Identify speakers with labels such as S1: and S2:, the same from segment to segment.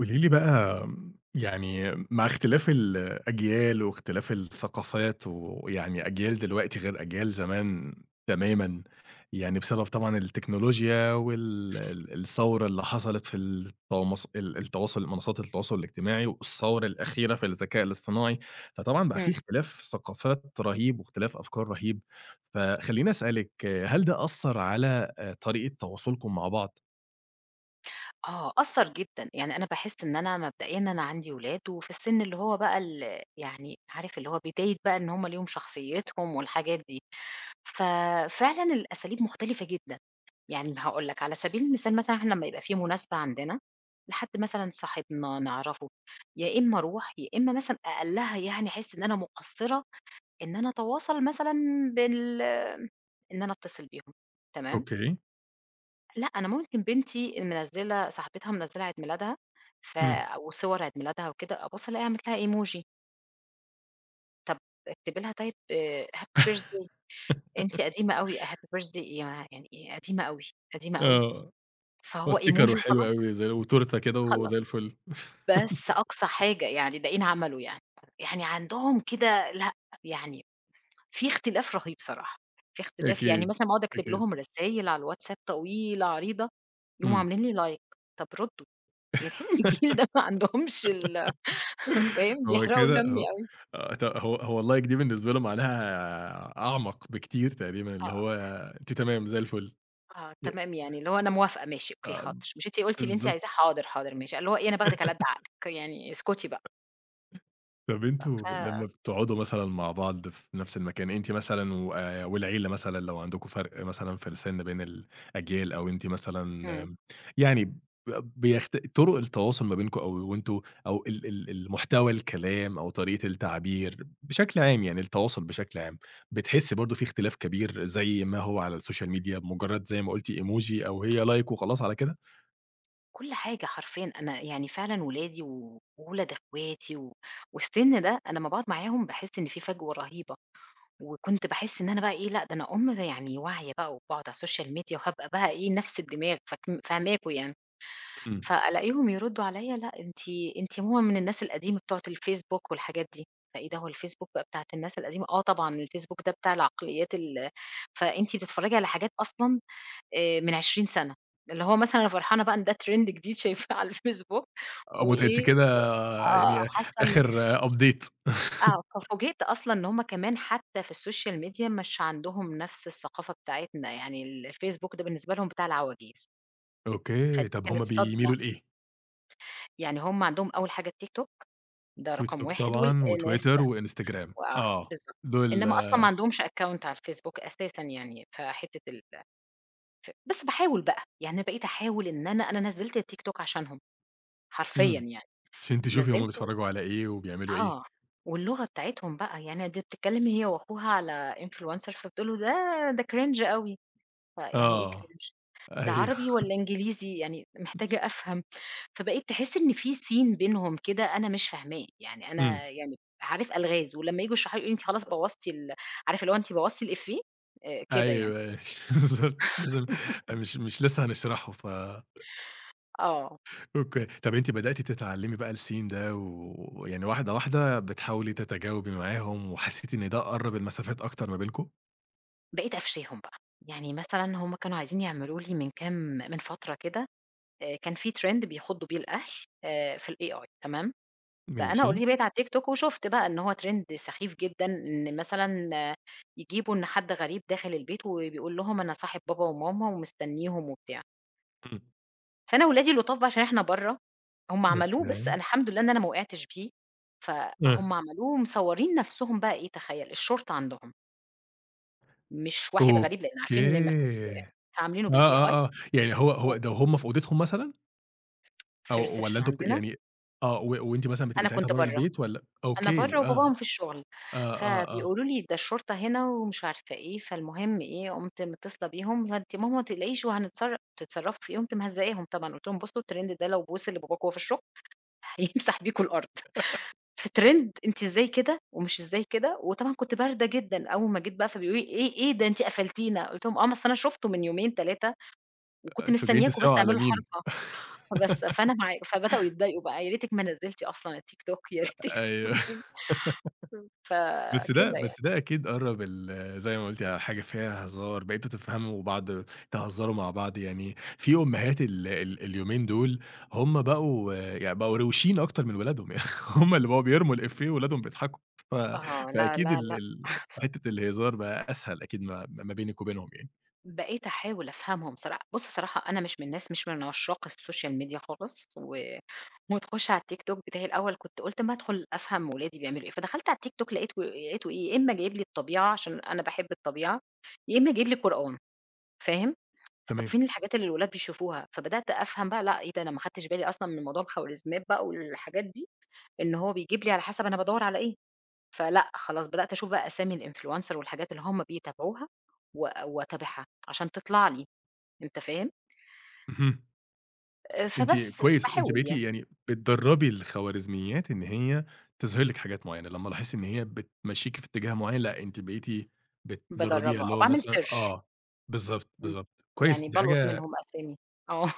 S1: قولي لي بقى يعني مع اختلاف الأجيال واختلاف الثقافات ويعني أجيال دلوقتي غير أجيال زمان تمامًا، يعني بسبب طبعًا التكنولوجيا وال الثورة اللي حصلت في التوامص ال التواصل منصات التواصل الاجتماعي والثورة الأخيرة في الذكاء الاصطناعي، فطبعًا بقى في
S2: إمم.
S1: اختلاف ثقافات رهيب واختلاف أفكار رهيب، فخلّيني أسألِك هل ده أثّر على طريقة تواصلكم مع بعض؟
S2: آه، أثّر جدًا، يعني أنا باحس إن مبدئيًا أنا عندي ولاد وفي السن اللي هو بقى ال يعني عارف اللي هو بداية بقى إن هم ليهم شخصيتهم والحاجات دي، ففعلًا الأساليب مختلفة جدًا، يعني هاقول لك على سبيل المثال مثلًا إحنا لمّا يبقى في مناسبة عندنا لحد مثلًا صاحبنا نعرفه، يا إما أروح يا إما مثلًا أقلها يعني أحس إن أنا مقصرة إن أنا أتواصل مثلًا بال إن أنا أتصل بيهم، تمام؟
S1: أوكي.
S2: لأ، أنا ممكن بنتي منزّلة صاحبتها منزّلة عيد ميلادها ف
S1: إمم.
S2: وصور عيد ميلادها وكده، أبُص ألاقيها عملت لها إيموجي، طَب اكتبي لها طيب آه، happy birthday أنتِ قديمة أوي آه، happy birthday يا يعني إيه قديمة أوي، قديمة أوي،
S1: آه. هو
S2: فهو
S1: sticker
S2: إيموجي
S1: وحلو
S2: وخلاص،
S1: أوي زي وتورتة كده وزي
S2: خلّص،
S1: الفل.
S2: بس أقصى حاجة يعني لاقيين عملوا يعني، يعني عندهم كده لأ، يعني في اختلاف رهيب صراحة، في اختلاف يعني
S1: أكيد،
S2: مثلًا باقعد أكتب
S1: أكيد.
S2: لهم رسايل على الواتساب طويلة عريضة، يقوموا
S1: إمم.
S2: عاملين لي like طَب ردّوا. يعني تحسّي إن الجيل ده ما عندهمش ال فاهم،
S1: هو
S2: بيحرقوا
S1: كده هو
S2: دمي أوي.
S1: آه، هو اللايك دي بالنسبة له معناها أعمق بكتير تقريبًا، اللي هو
S2: آه،
S1: أنتِ تمام زي الفل.
S2: آه،
S1: ي
S2: تمام يعني اللي هو أنا موافقة ماشي أوكي
S1: آه،
S2: حاضر، مش أنتِ قُلتِ اللي أنتِ
S1: بالضبط.
S2: عايزاه، حاضر، حاضر ماشي، اللي هو إيه أنا باخدِك على قد عقلِك، يعني اسكتي بقى.
S1: طب أنتم
S2: ف
S1: لمّا بتقعدوا مثلًا مع بعض في نفس المكان، أنتِ مثلًا و والعيلة مثلًا لو عندكم فرق مثلًا في السِن بين الأجيال أو أنتِ مثلًا
S2: إمم،
S1: آمم، يعني ب طُرق التواصل ما بينكم أو أو ال المحتوى الكلام أو طريقة التعبير بشكل عام يعني التواصل بشكل عام، بتحسّي برضه في اختلاف كبير زي ما هو على السوشيال ميديا بمجرّد زي ما قُلتِ emoji أو هي like وخلاص على كده؟
S2: كل حاجة حرفيًا أنا يعني فعلًا ولادي وولاد أخواتي و والسِن ده أنا أمّا باقعد معاهم باحس إن في فجوة رهيبة، وكنت باحس إن أنا بقى إيه، لأ ده أنا أم يعني واعية بقى وباقعد على السوشيال ميديا وهابقى بقى إيه، نَفْس الدماغ فاك فاهماكم يعني.
S1: إمم.
S2: فألاقيهم يردّوا عليَّ لأ أنتِ ماما من الناس القديمة بتوعة الفيسبوك والحاجات دي، فإيه ده هو الفيسبوك بقى بتاعة الناس القديمة، آه طبعًا الفيسبوك ده بتاع العقليات ال فأنتِ بتتفرّجي على حاجات أصلًا من 20 سَنة، اللي هو مثلًا أنا فرحانة بقى إن ده trend جديد شايفاه على الفيسبوك
S1: أو أنتِ
S2: وإيه
S1: كده
S2: آه،
S1: يعني
S2: حاسة إن
S1: آخر update.
S2: آه، ففوجئت أصلًا إن هُم كمان حتى في السوشيال ميديا مش عندهم نفس الثقافة بتاعتنا، يعني ال الفيسبوك ده بالنسبة لهم بتاع العواجيز، فدي
S1: أوكي، طَب هُم
S2: كانت صدمة،
S1: بيميلوا لإيه؟
S2: يعني هُم عندهم أول حاجة التيك توك ده رقم
S1: TikTok
S2: 1
S1: طبعًا وTwitter
S2: والإنستا
S1: وInstagram
S2: وآه،
S1: آه،
S2: بالضبط.
S1: دول.
S2: إنّما أصلًا ما عندهمش account على الفيسبوك أساسًا يعني، فحتّة ال ف بس باحاول بقى، يعني أنا بقيت أحاول إن أنا نزّلت التيك توك عشانهم، حرفيًا
S1: إمم.
S2: يعني،
S1: عشان أنتِ تشوفي هُم
S2: نزّلته
S1: بيتفرّجوا على إيه وبيعملوا إيه.
S2: آه، واللغة بتاعتهم بقى، يعني دي بتتكلّم هي وأخوها على influencer فبتقول له: "ده cringe أوي." فيعني إيه
S1: آه،
S2: cringe ده
S1: أيوه.
S2: عربي والّا إنجليزي؟ يعني محتاجة أفهم. فبقيت تحس إن في سِيِن بينهم كده أنا مش فاهماه، يعني
S1: إمم.
S2: أنا يعني عارف ألغاز ولمّا ييجوا يشرحوا لي يقولوا لي: "أنتِ خلاص بوّظتِ ال" عارف اللي هو أنتِ بوّظتِ الإيفيه كده يعني.
S1: أيوه. بالضبط، لازم مش لسه هنشرحه. ف
S2: آه.
S1: أوكي، طَب أنتِ بدأتِ تتعلّمي بقى الscene ده ويعني واحدة، واحدة بتحاولي تتجاوبي معاهم وحسّيتِ إن ده قرّب المسافات أكتر ما بينكم؟
S2: بقيت قافشاهم بقى. يعني مثلًا هم كانوا عايزين يعملوا لي من كام من فترة كده كان في trend بيخُضّوا بيه الأهل في الAI تمام؟ فأنا
S1: ماشي.
S2: already بقيت على التيك توك وشُفت بقى إن هو trend سخيف جدًا، إن مثلًا يجيبوا إن حد غريب داخل البيت وبيقول لهم أنا صاحب بابا وماما ومستنيهم وبتاع،
S1: إمم.
S2: فأنا ولادي لطاف بقى عشان إحنا برّه، هم عملوه بس
S1: أوكي.
S2: أنا الحمد لله إن أنا ما وقعتش بيه،
S1: آه.
S2: فهُم عملوه مصورين نفسهم بقى إيه تخيّل، الشرطة عندهم، مش واحد غريب لإن عارفين إن ما فيش
S1: أوكي.
S2: فعاملينه
S1: آه،
S2: بالAI
S1: آه، آه، يعني هو
S2: و
S1: ده هُم في أوضتهم مثلًا
S2: في
S1: أو والّا
S2: الreception
S1: أنتم بت
S2: عندنا،
S1: يعني آه، وأنتِ مثلًا بتبقي
S2: أنا
S1: ساعتها
S2: كنت
S1: برّه
S2: برّه.
S1: البيت والّا
S2: أنا
S1: أوكي،
S2: برّه
S1: آه،
S2: وباباهم في الشغل،
S1: آه، آه، آه.
S2: فبيقولوا لي ده الشرطة هنا ومش عارفة إيه، فالمهم إيه، قُمت متصلة بيهم، فأنتِ ماما ما تقلقيش وهنتصر تتصرّفي في إيه، قُمت مهزقاهم طبعًا، قُلت لهم: "بُصّوا الترند ده لو وصل لباباك وهو في الشغل هيمسح بيكم الأرض، في ترند أنتِ إزاي كده ومش إزاي كده." وطبعًا كنت باردة جدًا، أول ما جيت بقى فبيقولوا لي: "إيه إيه ده أنتِ قفلتينا." قُلت لهم: "آه، ما أصل أنا شُفته من يومين، 3 وكنت
S1: أنتم جايين
S2: مستنياكم بس
S1: تسيَّحوا
S2: تعملوا
S1: على مين؟
S2: الحركة." فبس فأنا معاك فبدأوا يتضايقوا بقى، "يا ريتِك ما نزّلتِ أصلًا التيك توك، يا ريتِك"
S1: أيوه. بس ده
S2: فكده يعني.
S1: بس ده أكيد قرّب ال زي ما قُلتِ، حاجة فيها هزار، بقيتوا تفهموا بعض، تهزروا مع بعض، يعني في أمهات ال ال اليومين دول هُم بقوا يعني بقوا روشين أكتر من ولادهم. يعني هُم اللي بقوا بيرموا الإفيه وولادهم بيضحكوا. ف
S2: آه، لا،
S1: فأكيد
S2: لا،
S1: ال
S2: لأ،
S1: ال ح حتة الهزار بقى أسهل أكيد ما بينِك وبينهم يعني.
S2: بقيت أحاول أفهمهم صراحة بُص الصراحة أنا مش من الناس مش من عشاق السوشيال ميديا خالص و وتخش على التيك توك بتاعي الأول كنت قُلت أمّا أدخل أفهم ولادي بيعملوا إيه، فدخلت على التيك توك لقيته إيه، يا إمّا جايب لي الطبيعة عشان أنا باحب الطبيعة، يا إمّا جايب لي قرآن، فاهم، فطَب
S1: تمام.
S2: فين الحاجات اللي الولاد بيشوفوها، فبدأت أفهم بقى لأ، إيه ده أنا ما خدتش بالي أصلًا من موضوع الخوارزميات بقى والحاجات دي، إن هو بيجيب لي على حسب أنا بادوّر على إيه. فلأ، خلاص بدأت أشوف بقى أسامي الinfluencer والحاجات اللي هم بيتابعوها وأتابعها عشان تطلع لي، أنت فاهم؟
S1: اهم. أنتِ
S2: فبس،
S1: كويس، أنتِ
S2: فباحاول
S1: بقيتِ
S2: يعني،
S1: يعني بتدرّبي الخوارزميات إن هي تظهر لِك حاجات معيّنة، لمّا لاحظتِ إن هي بتمشّيكِ في اتجاه معيّن، لأ أنتِ بقيتِ بتدرّبيها،
S2: بادرّبها
S1: اللي
S2: آه،
S1: هو
S2: باعمل
S1: مثلًا
S2: search
S1: آه، بالضبط،
S2: إمم،
S1: بالضبط، كويس
S2: يعني
S1: دي
S2: بالقُط
S1: حاجة
S2: منهم أسامي آه.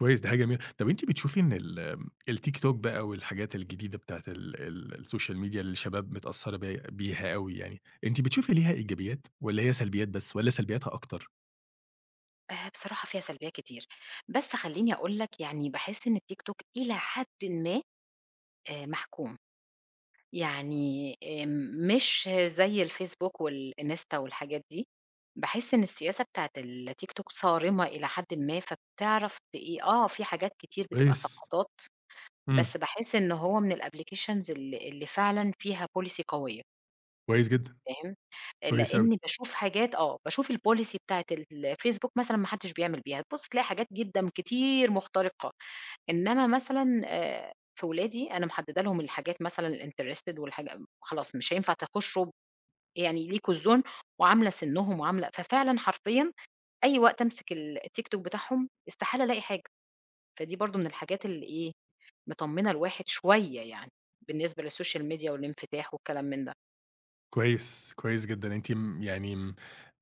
S1: كويس، دي حاجة جميلة. طَب أنتِ بتشوفي إن الTikTok بقى والحاجات الجديدة بتاعة ال الSocial Media اللي الشباب متأثّرة بيها أوي يعني، أنتِ بتشوفي ليها إيجابيات والّا هي سلبيات بس والّا سلبياتها أكتر؟
S2: بصراحة فيها سلبيّات كتير، بس خلّيني أقول لك يعني باحس إن الTikTok إلى حدٍ ما محكوم. يعني مش زي الفيسبوك والإنستا والحاجات دي، باحس إن السياسة بتاعة التيك توك صارمة إلى حدٍ ما، فبتعرف ت إيه آه، في حاجات كتير بتبقى
S1: كويس.
S2: سقطات،
S1: إمم.
S2: بس باحس إن هو من الapplications ال اللي فعلًا فيها policy قوية،
S1: كويس جدًا.
S2: فاهم؟
S1: كويس أوي.
S2: لإني باشوف حاجات آه، باشوف الpolicy بتاعة الفيسبوك مثلًا ما حدش بيعمل بيها، تبُص تلاقي حاجات جدًا كتير مخترقة. إنما مثلًا في ولادي أنا محددة لهم الحاجات مثلًا الinterested والحاجة خلاص مش هينفع تخشوا يعني ليكم الzone وعاملة سنهم وعاملة ففعلًا حرفيًا أي وقت أمسك ال الTikTok بتاعهم استحالة ألاقي حاجة، فدي برضه من الحاجات اللي إيه، مطمنة الواحد شوية يعني بالنسبة للسوشيال ميديا والانفتاح والكلام من ده.
S1: كويس، كويس جدًا. أنتِ م يعني م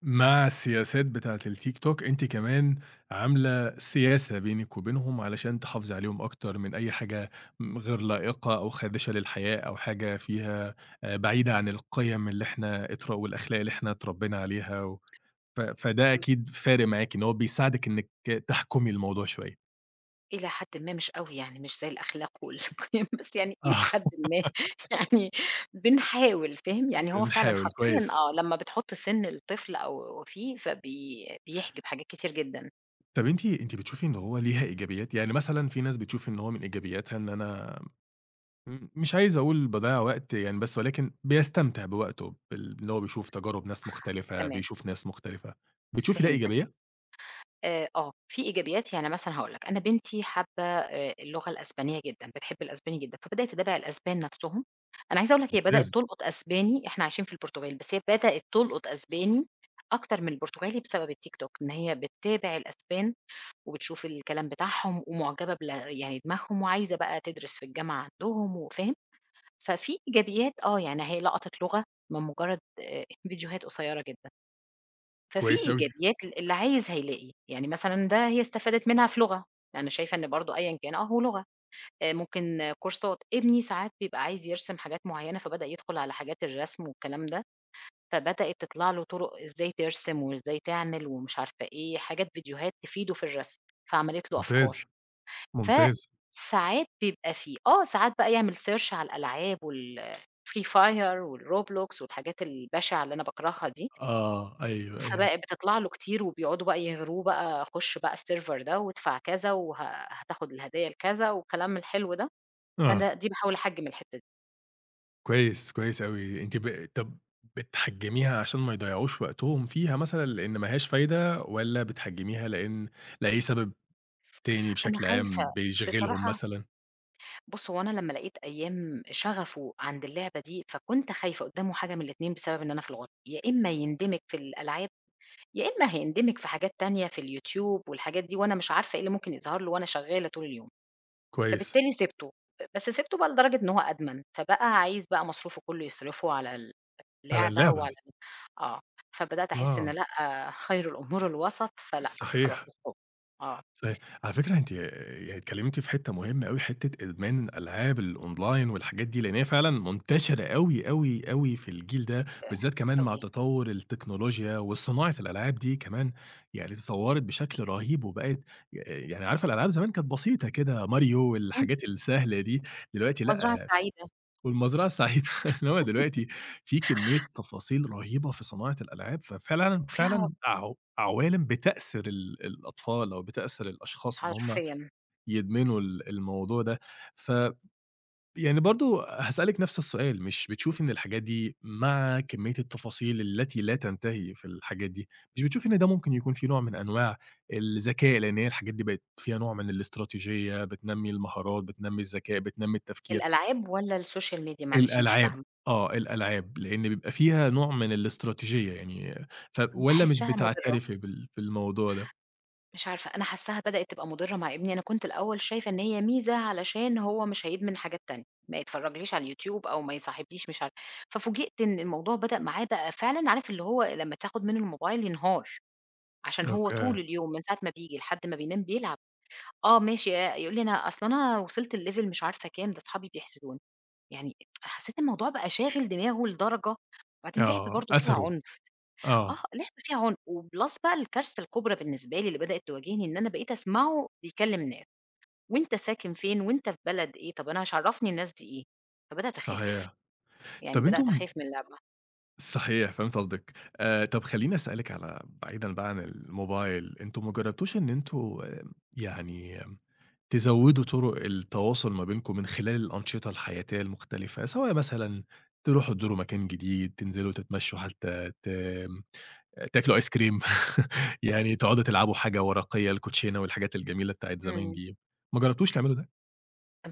S1: مع السياسات بتاعة التيك توك، أنتِ كمان عاملة سياسة بينِك وبينهم علشان تحافظي عليهم أكتر من أي حاجة غير لائقة أو خادشة للحياء أو حاجة فيها بعيدة عن القيم اللي إحنا اتر والأخلاق اللي إحنا اتربينا عليها و ف فده أكيد فارق معاكِ، إن هو بيساعدِك إنِّك تحكمي الموضوع شوية.
S2: إلى حدٍ ما مش أوي يعني، مش زي الأخلاق والقيم بس يعني إلى
S1: آه.
S2: حدٍ ما يعني بنحاول فاهم؟ يعني هو فعلًا
S1: بنحاول،
S2: حرفيًا
S1: كويس.
S2: آه، لمّا بتحُط سِن الطفل أو فيه فبي بيحجب حاجات كتير جدًا،
S1: طَب أنتِ بتشوفي إن هو ليها إيجابيات؟ يعني مثلًا في ناس بتشوف إن هو من إيجابياتها إن أنا إمم، مش عايز أقول باضيّع وقت يعني بس ولكن بيستمتع بوقته، بال إن هو بيشوف تجارب ناس مختلفة،
S2: تمام
S1: بيشوف ناس مختلفة. بتشوفي ده
S2: فهمتك.
S1: إيجابية؟
S2: آه، في إيجابيات يعني مثلًا هاقول لك، أنا بنتي حابة اللغة الأسبانية جدًا، بتحب الأسباني جدًا، فبدأت تتابع الأسبان نَفْسهم، أنا عايزة أقول لك هي بدأت
S1: ممتاز،
S2: تلقُط أسباني إحنا عايشين في البرتغال، بس هي بدأت تلقُط أسباني أكتر من البرتغالي بسبب الTikTok، إن هي بتتابع الأسبان وبتشوف الكلام بتاعهم ومُعجبة بل يعني دماغهم وعايزة بقى تدرس في الجامعة عندهم وفاهم؟ ففي إيجابيات آه، يعني هي لقطت لغة من مُجرّد فيديوهات قصيّرة جدًا، ففي
S1: كويس أوي،
S2: إيجابيات ال اللي عايز هيلاقي، يعني مثلًا ده هي استفادت منها في لغة، أنا شايفة إن برضه أيًا كان آه، هو لغة، ممكن آه، كورسات، ابني ساعات بيبقى عايز يرسم حاجات معيّنة فبدأ يدخل على حاجات الرسم والكلام ده، فبدأت تطلع له طُرق إزاي ترسم وإزاي تعمل ومش عارفة إيه، حاجات فيديوهات تفيده في الرسم، فعملت له
S1: ممتاز،
S2: أفكار.
S1: ممتاز.
S2: فساعات بيبقى في آه، ساعات بقى يعمل search على الألعاب والfree fire والRoblox والحاجات البشعة اللي أنا باكرهها دي،
S1: آه، أيوه، أيوه.
S2: فبقى بتطلع له كتير وبيقعدوا بقى يغروه بقى خُش بقى السيرفر ده وادفع كذا وه هتاخد الهدية لكذا والكلام الحلو ده،
S1: آه،
S2: فأنا دي باحاول أحجّم الحتّة دي.
S1: كويس، كويس أوي. أنتِ ب طب بتحجّميها عشان ما يضيّعوش وقتهم فيها مثلًا لإن ما لهاش فايدة والّا بتحجّميها لإن لأي سبب تاني
S2: أنا
S1: بشكل
S2: خايفة
S1: عام بيشغلهم
S2: بصراحة
S1: مثلًا؟
S2: بُص، هو أنا لمّا لقيت أيام شغفه عند اللعبة دي، فكنت خايفة قدّامه حاجة من الاتنين بسبب إن أنا في الغربة، يا إمّا يندمج في الألعاب يا إمّا هيندمج في حاجات تانية في اليوتيوب والحاجات دي، وأنا مش عارفة إيه اللي ممكن يظهر له وأنا شغّالة طول اليوم،
S1: كويس.
S2: فبالتالي سِبته، بس سِبته بقى لدرجة إن هو أدمن، فبقى عايز بقى مصروفه كلّه يصرفه على
S1: على
S2: اللعبة
S1: اللعبة.
S2: وعلى آه، فبدأت أحس إن
S1: آه.
S2: لأ، خير الأمور الوسط، فلأ، خلاص
S1: صحيح.
S2: stop آه،
S1: صحيح. على فكرة أنتِ يعني اتكلمتِ في حتة مهمة أوي، حتة إدمان الألعاب الأونلاين والحاجات دي، لأن هي فعلًا منتشرة أوي، أوي، أوي في الجيل ده، بالذات كمان مع
S2: أوي.
S1: تطور التكنولوجيا وصناعة الألعاب دي كمان يعني تطورت بشكل رهيب وبقت يعني عارفة الألعاب زمان كانت بسيطة كده، ماريو
S2: إمم،
S1: والحاجات السهلة دي، دلوقتي
S2: مزرعة
S1: لأ،
S2: سعيدة
S1: والمزرعة السعيدة. إنما دلوقتي في كمية تفاصيل رهيبة في صناعة الألعاب، ففعلًا
S2: وفيها
S1: فعلًا عوالم بتأثر الأطفال أو بتأثر الأشخاص إن هم
S2: حرفيًا،
S1: يدمنوا الموضوع ده، ف يعني برضه هاسألِك نفس السؤال، مش بتشوفي إن الحاجات دي مع كمية التفاصيل التي لا تنتهي في الحاجات دي، مش بتشوفي إن ده ممكن يكون في نوع من أنواع الذكاء؟ لأن هي الحاجات دي بقت فيها نوع من الاستراتيجية، بتنمّي المهارات، بتنمّي الذكاء، بتنمّي التفكير.
S2: الألعاب والّا السوشيال ميديا؟ معلش مش
S1: الألعاب،
S2: فاهمة،
S1: آه، الألعاب، لإن بيبقى فيها نوع من الاستراتيجية يعني ف
S2: إمم.
S1: والّا مش
S2: باحسّها مُضرة.
S1: بتعترفي بالموضوع ده؟
S2: مش عارفة، أنا حاسّاها بدأت تبقى مُضرّة مع ابني، أنا كنت الأول شايفة إن هي ميزة علشان هو مش هيدمن حاجات تانية، ما يتفرّجليش على اليوتيوب أو ما يصاحبليش مش عارفة، ففوجئت إن الموضوع بدأ معاه بقى فعلًا عارف اللي هو لمّا تاخد منه الموبايل ينهار، عشان هو
S1: أوكي،
S2: طول اليوم من ساعة ما بييجي لحد ما بينام بيلعب، آه ماشي يقول لي أنا أصل أنا وصلت لlevel مش عارفة كام، ده أصحابي بيحسدوني، يعني حسّيت الموضوع بقى شاغل دماغه لدرجة وبعدين لعبة
S1: آه،
S2: برضه فيها
S1: أثَره،
S2: عنف. آه،
S1: آه،
S2: لعبة فيها عُنف، وPlus بقى الكارثة الكبرى بالنسبة لي اللي بدأت تواجهني، إن أنا بقيت أسمعه بيكلّم ناس، وأنت ساكن فين، وأنت في بلد إيه، طَب أنا إيش عرّفني الناس دي إيه؟ فبدأت أخاف،
S1: صحيح.
S2: يعني
S1: طَب
S2: بدأت
S1: أنتم
S2: أخاف من اللعبة.
S1: صحيح، فهمت قصدِك. طَب خلّيني أسألِك على بعيدًا بقى عن الموبايل، أنتم ما جرّبتوش إن أنتم يعني تزوّدوا طُرق التواصل ما بينكم من خلال الأنشطة الحياتية المختلفة، سواء مثلًا تروحوا تزوروا مكان جديد، تنزلوا تتمشوا حتى، تاكلوا آيس كريم؟ يعني تقعدوا تلعبوا حاجة ورقية، الكوتشينة والحاجات الجميلة بتاعة زمان
S2: إمم.
S1: دي، ما جربتوش تعملوا ده؟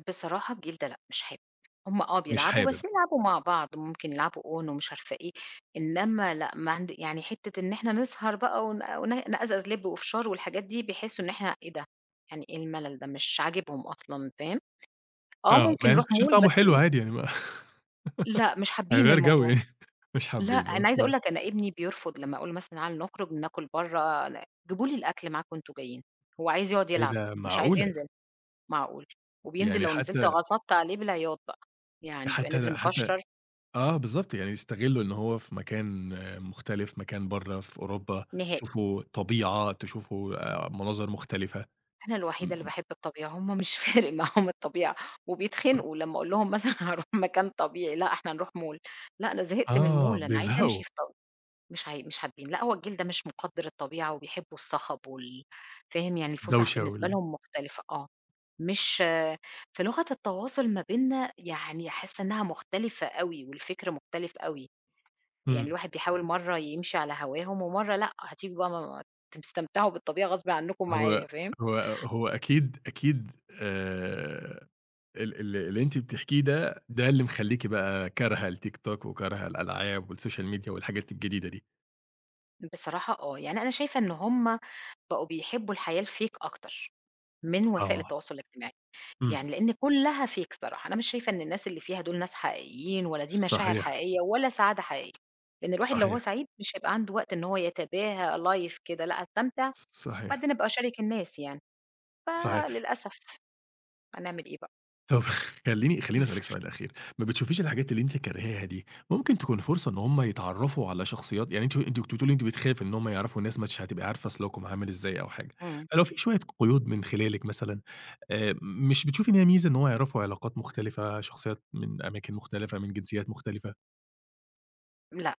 S2: بصراحة الجيل ده لأ، مش حابب، هُم آه
S1: مش
S2: بيلعبوا، بس
S1: حابب.
S2: بيلعبوا مع بعض، ممكن يلعبوا On ومش عارفة إيه، إنّما لأ، ما عند يعني حتّة إن إحنا نسهر بقى ون نقزقز لِب وفشار والحاجات دي، بيحسّوا إن إحنا إيه ده، يعني إيه الملل ده، مش عاجبهم أصلًا، فاهم؟ آه،
S1: آه،
S2: ممكن
S1: مع إن
S2: نروح
S1: الفشار
S2: mall
S1: طعمه حلو
S2: بس
S1: عادي يعني ما
S2: لأ، مش حابين
S1: هيغيّر جو
S2: الموضوع،
S1: يعني. مش
S2: لأ،
S1: حابين،
S2: أنا عايزة أقول
S1: أوكي.
S2: لك أنا ابني بيرفض لمّا أقول له مثلًا تعالوا نخرج ناكل برّه ن جيبوا لي الأكل معاكم وأنتم جايين، هو عايز يقعد
S1: إيه
S2: يلعب،
S1: ده
S2: مش عايز
S1: معقولة!
S2: ينزل، معقول! وبينزل
S1: يعني
S2: لو نزلت
S1: حتى
S2: غصبت عليه بالعياط بقى، يعني بيبقى
S1: حتى
S2: نازل
S1: حتى
S2: مكشر
S1: آه بالضبط، يعني يستغلوا إن هو في مكان مختلف، مكان برّه في أوروبا،
S2: نهائي،
S1: تشوفوا طبيعة، تشوفوا مناظر مختلفة.
S2: أنا الوحيدة اللي
S1: م
S2: باحب الطبيعة، هُم مش فارق معاهم الطبيعة، وبيتخنقوا لمّا أقول لهم مثلًا هاروح مكان طبيعي، لأ، إحنا هنروح مول، لأ، أنا زهقت من
S1: آه،
S2: المول، أنا عايزة
S1: بيزهقوا،
S2: أمشي في ط مش عاي مش حابين، لأ هو الجيل ده مش مقدّر الطبيعة وبيحبوا الصخب وال فاهم، يعني الفُسح
S1: الدوشة
S2: بالنسبة
S1: وال
S2: لهم مختلفة آه، مش في لغة التواصل ما بيننا يعني حاسة إنها مختلفة أوي والفكر مختلف أوي، يعني
S1: إمم.
S2: الواحد بيحاول مرّة يمشي على هواهم ومرّة لأ، هتيجوا بقى ما تستمتعوا بالطبيعة غصب عنكم
S1: هو
S2: معايا فاهم،
S1: هو هو أكيد آآ ال اللي أنتِ بتحكيه ده، ده اللي مخلّيكِ بقى كارهة التيك توك وكارهة الألعاب والسوشيال ميديا والحاجات الجديدة دي.
S2: بصراحة آه، يعني أنا شايفة إن هُم بقوا بيحبوا الحياة الfake أكتر من وسائل
S1: آه.
S2: التواصل الاجتماعي.
S1: إمم.
S2: يعني لإن كلّها fake صراحة، أنا مش شايفة إن الناس اللي فيها دول ناس حقيقيين ولا دي مشاعر
S1: صحيح،
S2: حقيقية ولا سعادة حقيقية، لإن الواحد لو هو
S1: صحيح،
S2: سعيد مش هيبقى عنده وقت إن هو يتباهى life كده لأ، أستمتع
S1: صحيح،
S2: وبعدين أبقى أشارك الناس يعني،
S1: صحيح.
S2: فللأسف هنعمل إيه بقى؟
S1: طب خلّيني أسألِك سؤال أخير، ما بتشوفيش الحاجات اللي أنتِ كارهاها دي ممكن تكون فرصة إن هم يتعرّفوا على شخصيات يعني أنتِ كنتِ بتقولي أنتِ بتخافي إن هم يعرفوا الناس مش هتبقي عارفة سلوكهم عامل إزاي أو حاجة،
S2: إمم،
S1: فلو في شوية قيود من خلالِك مثلًا، مش بتشوفي إن هي ميزة إن هو يعرفوا علاقات مختلفة، شخصيات من أماكن مختلفة، من جنسيات مختلفة؟
S2: لأ،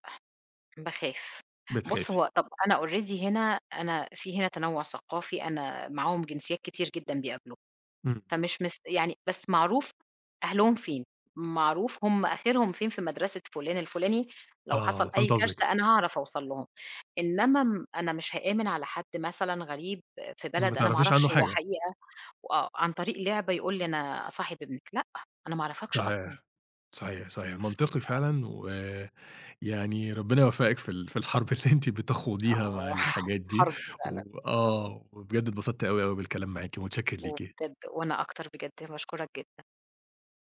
S2: باخاف. بُص
S1: بتخافي.
S2: هو طَب أنا already هنا أنا في هنا تنوُع ثقافي، أنا معاهم جنسيات كتير جدًا بيقابلوني.
S1: إمم.
S2: فمش مس يعني بس معروف أهلهم فين، معروف هم آخرهم فين في مدرسة فُلان الفُلاني، لو
S1: آه،
S2: حصل أي
S1: فهمت قصدِك.
S2: كارثة أنا هاعرف أوصل لهم، إنما م أنا مش هآمن على حد مثلًا غريب في
S1: ما
S2: بلد أنا ما
S1: تعرفيش عنه
S2: أعرفش هو
S1: حاجة.
S2: حقيقة آه، عن طريق لعبة يقول لي أنا صاحب ابنِك، لأ، أنا ما أعرفكش أصلًا.
S1: صحيح، صحيح، صحيح، منطقي فعلًا، ويعني ربنا يوفقِك في في الحرب اللي أنتِ
S2: آه،
S1: بتخوضيها مع الحاجات دي،
S2: حرب فعلًا،
S1: وبجد اتبسطت أوي، أوي بالكلام معاكِ، متشكر ليكِ.
S2: وبجد وأنا أكتر بجد باشكرك جدًا.